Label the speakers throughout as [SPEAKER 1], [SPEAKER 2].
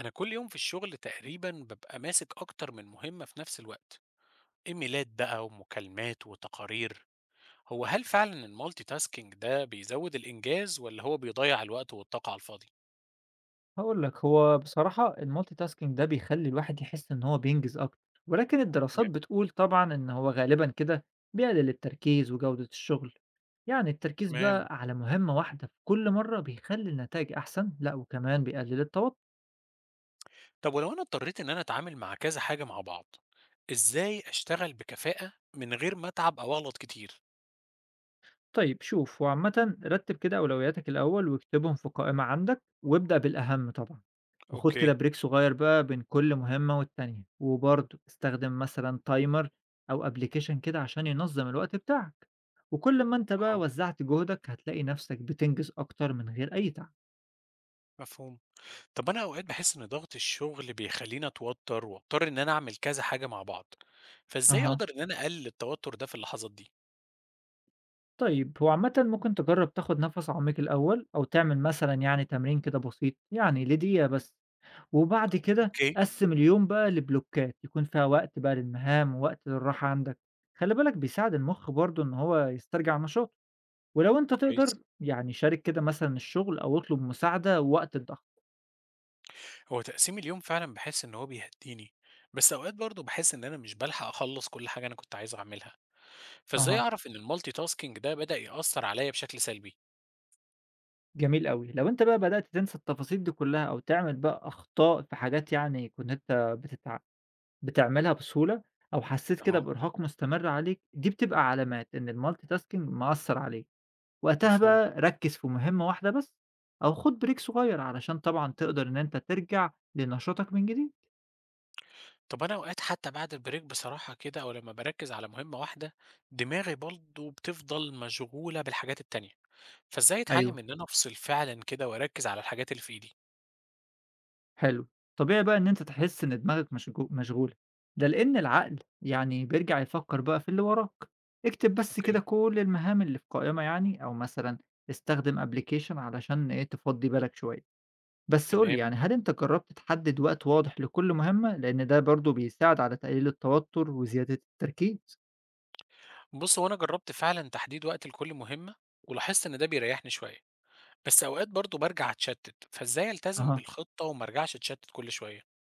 [SPEAKER 1] أنا كل يوم في الشغل تقريبا ببقى ماسك أكتر من مهمة في نفس الوقت، إيميلات بقى ومكالمات وتقارير. هو هل فعلا المالتي تاسكينج ده بيزود الإنجاز ولا هو بيضيع الوقت والطاقة على الفاضي؟
[SPEAKER 2] هاقول لك، هو بصراحة الmultitasking ده بيخلّي الواحد يحس إن هو بينجز أكتر، ولكن الدراسات
[SPEAKER 1] تمام.
[SPEAKER 2] بتقول طبعًا إن هو غالبًا كده بيقلل التركيز وجودة الشغل، يعني التركيز
[SPEAKER 1] تمام.
[SPEAKER 2] بقى على مهمة واحدة في كل مرة بيخلّي النتايج أحسن، لأ وكمان بيقلل التوتر.
[SPEAKER 1] طب ولو أنا اضطريت إن أنا أتعامل مع كذا حاجة مع بعض، إزاي أشتغل بكفاءة من غير ما أتعب أو أغلط كتير؟
[SPEAKER 2] طيب، شوف هو عامة رتب كده أولوياتك الأول واكتبهم في قائمة عندك وابدأ بالأهم طبعا. وخد كده
[SPEAKER 1] اوكي.
[SPEAKER 2] بريك صغير بقى بين كل مهمة والتانية، وبرضه استخدم مثلا تايمر أو أبليكيشن كده عشان ينظم الوقت بتاعك. وكل ما أنت بقى
[SPEAKER 1] اه،
[SPEAKER 2] وزعت جهدك هتلاقي نفسك بتنجز أكتر من غير أي تعب.
[SPEAKER 1] مفهوم. طب أنا أوقات بحس إن ضغط الشغل بيخليني أتوتر وأضطر إن أنا أعمل كذا حاجة مع بعض، فإزاي
[SPEAKER 2] اها.
[SPEAKER 1] أقدر إن أنا أقلل التوتر ده في اللحظات دي؟
[SPEAKER 2] طيب، هو عامة ممكن تجرب تاخد نفس عميق الأول، أو تعمل مثلا يعني تمرين كده بسيط يعني لدقيقة بس. وبعد كده
[SPEAKER 1] أوكي،
[SPEAKER 2] قسّم اليوم بقى لبلوكات، يكون فيها وقت بقى للمهام ووقت للراحة عندك. خلّي بالك بيساعد المُخ برضه إن هو يسترجع نشاطه، ولو أنت
[SPEAKER 1] كويس.
[SPEAKER 2] تقدر يعني شارك كده مثلًا الشغل أو اطلب مساعدة وقت الضغط.
[SPEAKER 1] هو تقسيم اليوم فعلًا باحس إن هو بيهدّيني، بس أوقات برضه باحس إن أنا مش بالحق أخلّص كل حاجة أنا كنت عايز أعملها، فإزاي
[SPEAKER 2] أها.
[SPEAKER 1] أعرف إن الmulti tasking ده بدأ يأثّر عليَّ بشكل سلبي؟
[SPEAKER 2] جميل أوي، لو أنت بقى بدأت تنسى التفاصيل دي كلّها أو تعمل بقى أخطاء في حاجات يعني كنت أنت بتعملها بسهولة، أو حسّيت كده
[SPEAKER 1] أها،
[SPEAKER 2] بإرهاق مستمر عليك، دي بتبقى علامات إن الmultitasking مأثّر عليك. وقتها
[SPEAKER 1] مفهوم.
[SPEAKER 2] بقى ركّز في مهمة واحدة بس، أو خُد break صغير علشان طبعًا تقدر إن أنت ترجع لنشاطك من جديد.
[SPEAKER 1] طب أنا أوقات حتى بعد الbreak بصراحة كده أو لمّا باركّز على مهمة واحدة، دماغي برضه بتفضل مشغولة بالحاجات التانية، فإزاي أتعلّم
[SPEAKER 2] أيوه،
[SPEAKER 1] إن أنا أفصل فعلًا كده وأركّز على الحاجات اللي في إيدي؟
[SPEAKER 2] حلو. طبيعي بقى إن أنت تحس إن دماغك مشغولة، ده لإن العقل يعني بيرجع يفكّر بقى في اللي وراك. اكتب بس
[SPEAKER 1] أوكي،
[SPEAKER 2] كده كل المهام اللي في قائمة يعني، أو مثلًا استخدم application علشان إيه، تفضّي بالك شوية. بس قُل لي
[SPEAKER 1] تمام.
[SPEAKER 2] يعني، هل أنت جرّبت تحدد وقت واضح لكل مهمة؟ لإن ده برضه بيساعد على تقليل التوتر وزيادة التركيز.
[SPEAKER 1] بُص، هو أنا جرّبت فعلًا تحديد وقت لكل مهمة، ولاحظت إن ده بيريّحني شوية. بس أوقات برضه بارجع أتشتت، فإزاي ألتزم
[SPEAKER 2] أها.
[SPEAKER 1] بالخطة وما أرجعش أتشتت كل شوية؟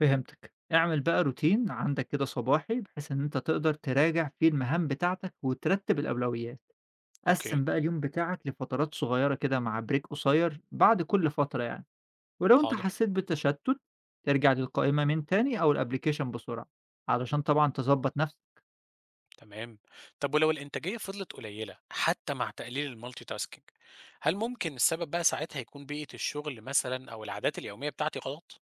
[SPEAKER 2] فهمتك. اعمل بقى روتين عندك كده صباحي، بحيث إن أنت تقدر تراجع فيه المهام بتاعتك وترتب الأولويات.
[SPEAKER 1] اوكي.
[SPEAKER 2] قسّم بقى اليوم بتاعك لفترات صغيرة كده مع بريك قصير بعد كل فترة يعني، ولو أنت
[SPEAKER 1] حاضر.
[SPEAKER 2] حسيت بالتشتت ترجع للقائمة من تاني أو الأبليكيشن بسرعة، علشان طبعًا تضبّط نفسك.
[SPEAKER 1] تمام، طب ولو الإنتاجية فضلت قليلة حتى مع تقليل المالتي تاسكينج، هل ممكن السبب بقى ساعتها يكون بيئة الشغل مثلا أو العادات اليومية بتاعتي غلط؟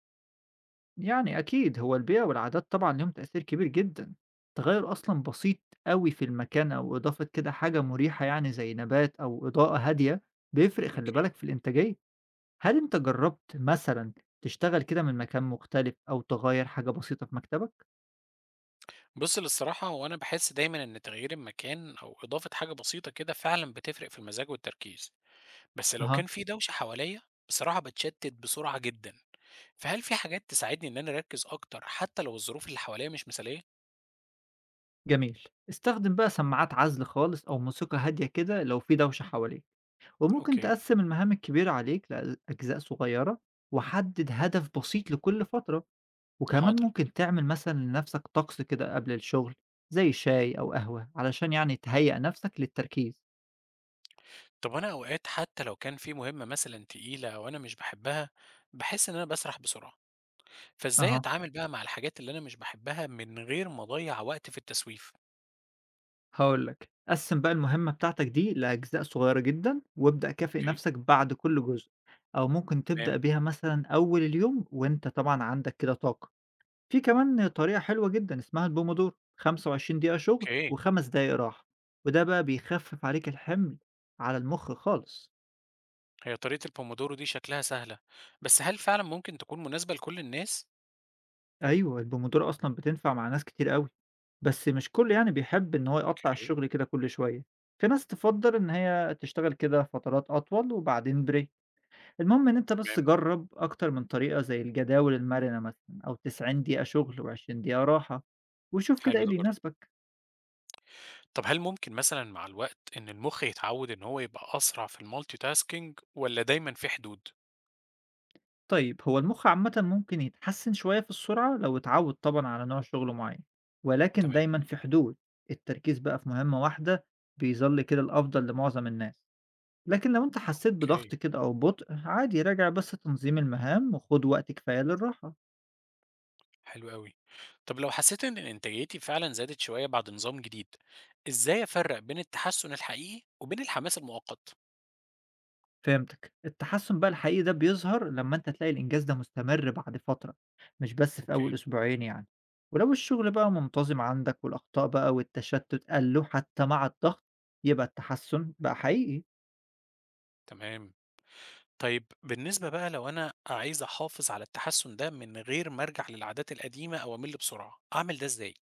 [SPEAKER 2] يعني أكيد هو البيئة والعادات طبعًا ليهم تأثير كبير جدًا. تغيّر أصلًا بسيط أوي في المكان، أو إضافة كده حاجة مريحة يعني زي نبات أو إضاءة هادية، بيفرق خلّي
[SPEAKER 1] اوكي.
[SPEAKER 2] بالك في الإنتاجية. هل أنت جرّبت مثلًا تشتغل كده من مكان مختلف أو تغيّر حاجة بسيطة في مكتبك؟
[SPEAKER 1] بص للصراحة هو أنا بحس دايما إن تغيير المكان أو إضافة حاجة بسيطة كده فعلا بتفرق في المزاج والتركيز، بس لو
[SPEAKER 2] أها.
[SPEAKER 1] كان في دوشة حواليا بصراحة بتشتت بسرعة جدا، فهل في حاجات تساعدني إن أنا أركز أكتر حتى لو الظروف اللي حواليا مش مثالية؟
[SPEAKER 2] جميل. استخدم بقى سماعات عزل خالص أو موسيقى هادية كده لو في دوشة حواليك، وممكن
[SPEAKER 1] أوكي،
[SPEAKER 2] تقسّم المهام الكبيرة عليك لأجزاء صغيّرة، وحدد هدف بسيط لكل فترة. وكمان
[SPEAKER 1] حاضر.
[SPEAKER 2] ممكن تعمل مثلًا لنفسك طقس كده قبل الشغل زي شاي أو قهوة علشان يعني تهيّأ نفسك للتركيز.
[SPEAKER 1] طب أنا أوقات حتى لو كان في مهمة مثلًا تقيلة وأنا مش باحبها، باحس إن أنا باسرح بسرعة، فإزاي
[SPEAKER 2] أها.
[SPEAKER 1] أتعامل بقى مع الحاجات اللي أنا مش باحبها من غير ما أضيّع وقت في التسويف؟
[SPEAKER 2] هاقول لك، قسّم بقى المهمة بتاعتك دي لأجزاء صغيرة جدًا، وابدأ كافئ
[SPEAKER 1] أوكي،
[SPEAKER 2] نفسك بعد كل جزء، أو ممكن
[SPEAKER 1] تمام،
[SPEAKER 2] تبدأ بيها مثلًا أول اليوم وأنت طبعًا عندك كده طاقة. في كمان طريقة حلوة جدًا اسمها الPomodoro، 25 دقيقة شغل
[SPEAKER 1] أوكي.
[SPEAKER 2] و5 دقايق راحة، وده بقى بيخفف عليك الحمل على المخ خالص.
[SPEAKER 1] هي طريقة الPomodoro دي شكلها سهلة، بس هل فعلًا ممكن تكون مناسبة لكل الناس؟
[SPEAKER 2] أيوه، الPomodoro أصلًا بتنفع مع ناس كتير أوي، بس مش كله يعني بيحب إن هو يقطّع
[SPEAKER 1] أوكي،
[SPEAKER 2] الشغل كده كل شوية. في ناس تفضّل إن هي تشتغل كده فترات أطول وبعدين break. المهم إن أنت بس
[SPEAKER 1] تمام،
[SPEAKER 2] جرّب أكتر من طريقة، زي الجداول المرنة مثلًا، أو 90 دقيقة شغل و20 دقيقة راحة، وشوف كده
[SPEAKER 1] حلو
[SPEAKER 2] إيه
[SPEAKER 1] ده
[SPEAKER 2] اللي
[SPEAKER 1] برضه.
[SPEAKER 2] يناسبك.
[SPEAKER 1] طب هل ممكن مثلًا مع الوقت إن المُخ يتعوّد إن هو يبقى أسرع في الMultitasking والّا دايمًا في حدود؟
[SPEAKER 2] طيب، هو المُخ عامةً ممكن يتحسن شوية في السرعة لو اتعوّد طبعًا على نوع شغل معيّن، ولكن
[SPEAKER 1] تمام،
[SPEAKER 2] دايمًا في حدود. التركيز بقى في مهمة واحدة بيظل كده الأفضل لمعظم الناس. لكن لو أنت حسّيت
[SPEAKER 1] أوكي.
[SPEAKER 2] بضغط كده أو بطء، عادي راجع بس تنظيم المهام وخُد وقت كفاية للراحة.
[SPEAKER 1] حلو أوي. طب لو حسيت إن إنتاجيتي فعلًا زادت شوية بعد نظام جديد، إزاي أفرّق بين التحسُّن الحقيقي وبين الحماس المؤقت؟
[SPEAKER 2] فهمتك. التحسّن بقى الحقيقي ده بيظهر لمّا أنت تلاقي الإنجاز ده مستمر بعد فترة، مش بس في
[SPEAKER 1] أوكي،
[SPEAKER 2] أول أسبوعين يعني. ولو الشغل بقى منتظم عندك والأخطاء بقى والتشتُّت قَلّوا حتى مع الضغط، يبقى التحسّن بقى حقيقي.
[SPEAKER 1] تمام. طيب بالنسبة بقى لو أنا عايز أحافظ على التحسُّن ده من غير ما أرجع للعادات القديمة أو أمِل بسرعة، أعمل ده إزاي؟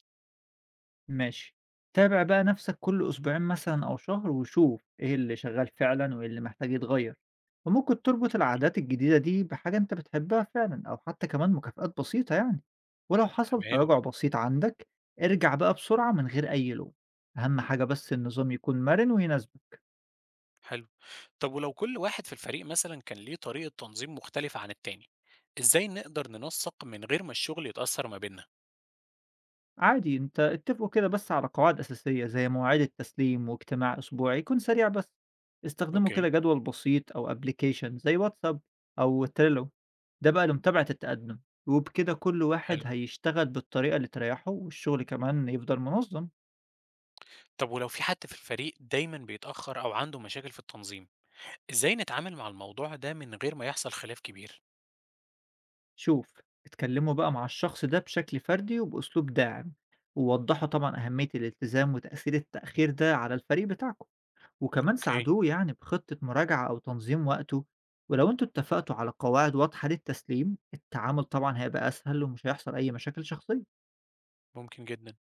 [SPEAKER 2] ماشي. تابع بقى نَفْسك كل أسبوعين مثلًا أو شهر، وشوف إيه اللي شغّال فعلًا وإيه اللي محتاج يتغيّر. وممكن تربط
[SPEAKER 1] أوكي،
[SPEAKER 2] العادات الجديدة دي بحاجة أنت بتحبّها فعلًا، أو حتّى كمان مكافآت بسيطة يعني. ولو حصل
[SPEAKER 1] تمام،
[SPEAKER 2] تراجُع بسيط عندك، ارجع بقى بسرعة من غير أي لوم. أهَم حاجة بس النظام يكون مَرِن ويناسبك.
[SPEAKER 1] حلو. طب ولو كل واحد في الفريق مثلًا كان ليه طريقة تنظيم مختلفة عن التاني، إزاي نقدر ننسَّق من غير ما الشغل يتأثّر ما بيننا؟
[SPEAKER 2] عادي، أنت اتفقوا كده بس على قواعد أساسية زي مواعيد التسليم واجتماع أسبوعي يكون سريع بس. استخدموا كده
[SPEAKER 1] أوكي،
[SPEAKER 2] جدول بسيط أو أبليكيشن زي واتساب أو تريلو، ده بقى لمتابعة التقدم. وبكده كل واحد
[SPEAKER 1] حلو.
[SPEAKER 2] هيشتغل بالطريقة اللي تريحه والشغل كمان يفضل منظم.
[SPEAKER 1] طب ولو في حد في الفريق دايما بيتأخر أو عنده مشاكل في التنظيم، إزاي نتعامل مع الموضوع ده من غير ما يحصل خلاف كبير؟
[SPEAKER 2] شوف، اتكلموا بقى مع الشخص ده بشكل فردي وبأسلوب داعم، ووضحوا طبعا أهمية الالتزام وتأثير التأخير ده على الفريق بتاعكم. وكمان
[SPEAKER 1] أوكي،
[SPEAKER 2] ساعدوه يعني بخطة مراجعة أو تنظيم وقته. ولو انتوا اتفقتوا على قواعد واضحة للتسليم، التعامل طبعا هيبقى أسهل ومش هيحصل أي مشاكل شخصية.
[SPEAKER 1] ممكن جدا.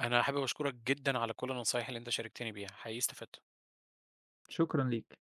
[SPEAKER 1] أنا حابب أشكرك جدا على كل النصايح اللي أنت شاركتني بيها، حقيقي استفدت.
[SPEAKER 2] شكرا ليك.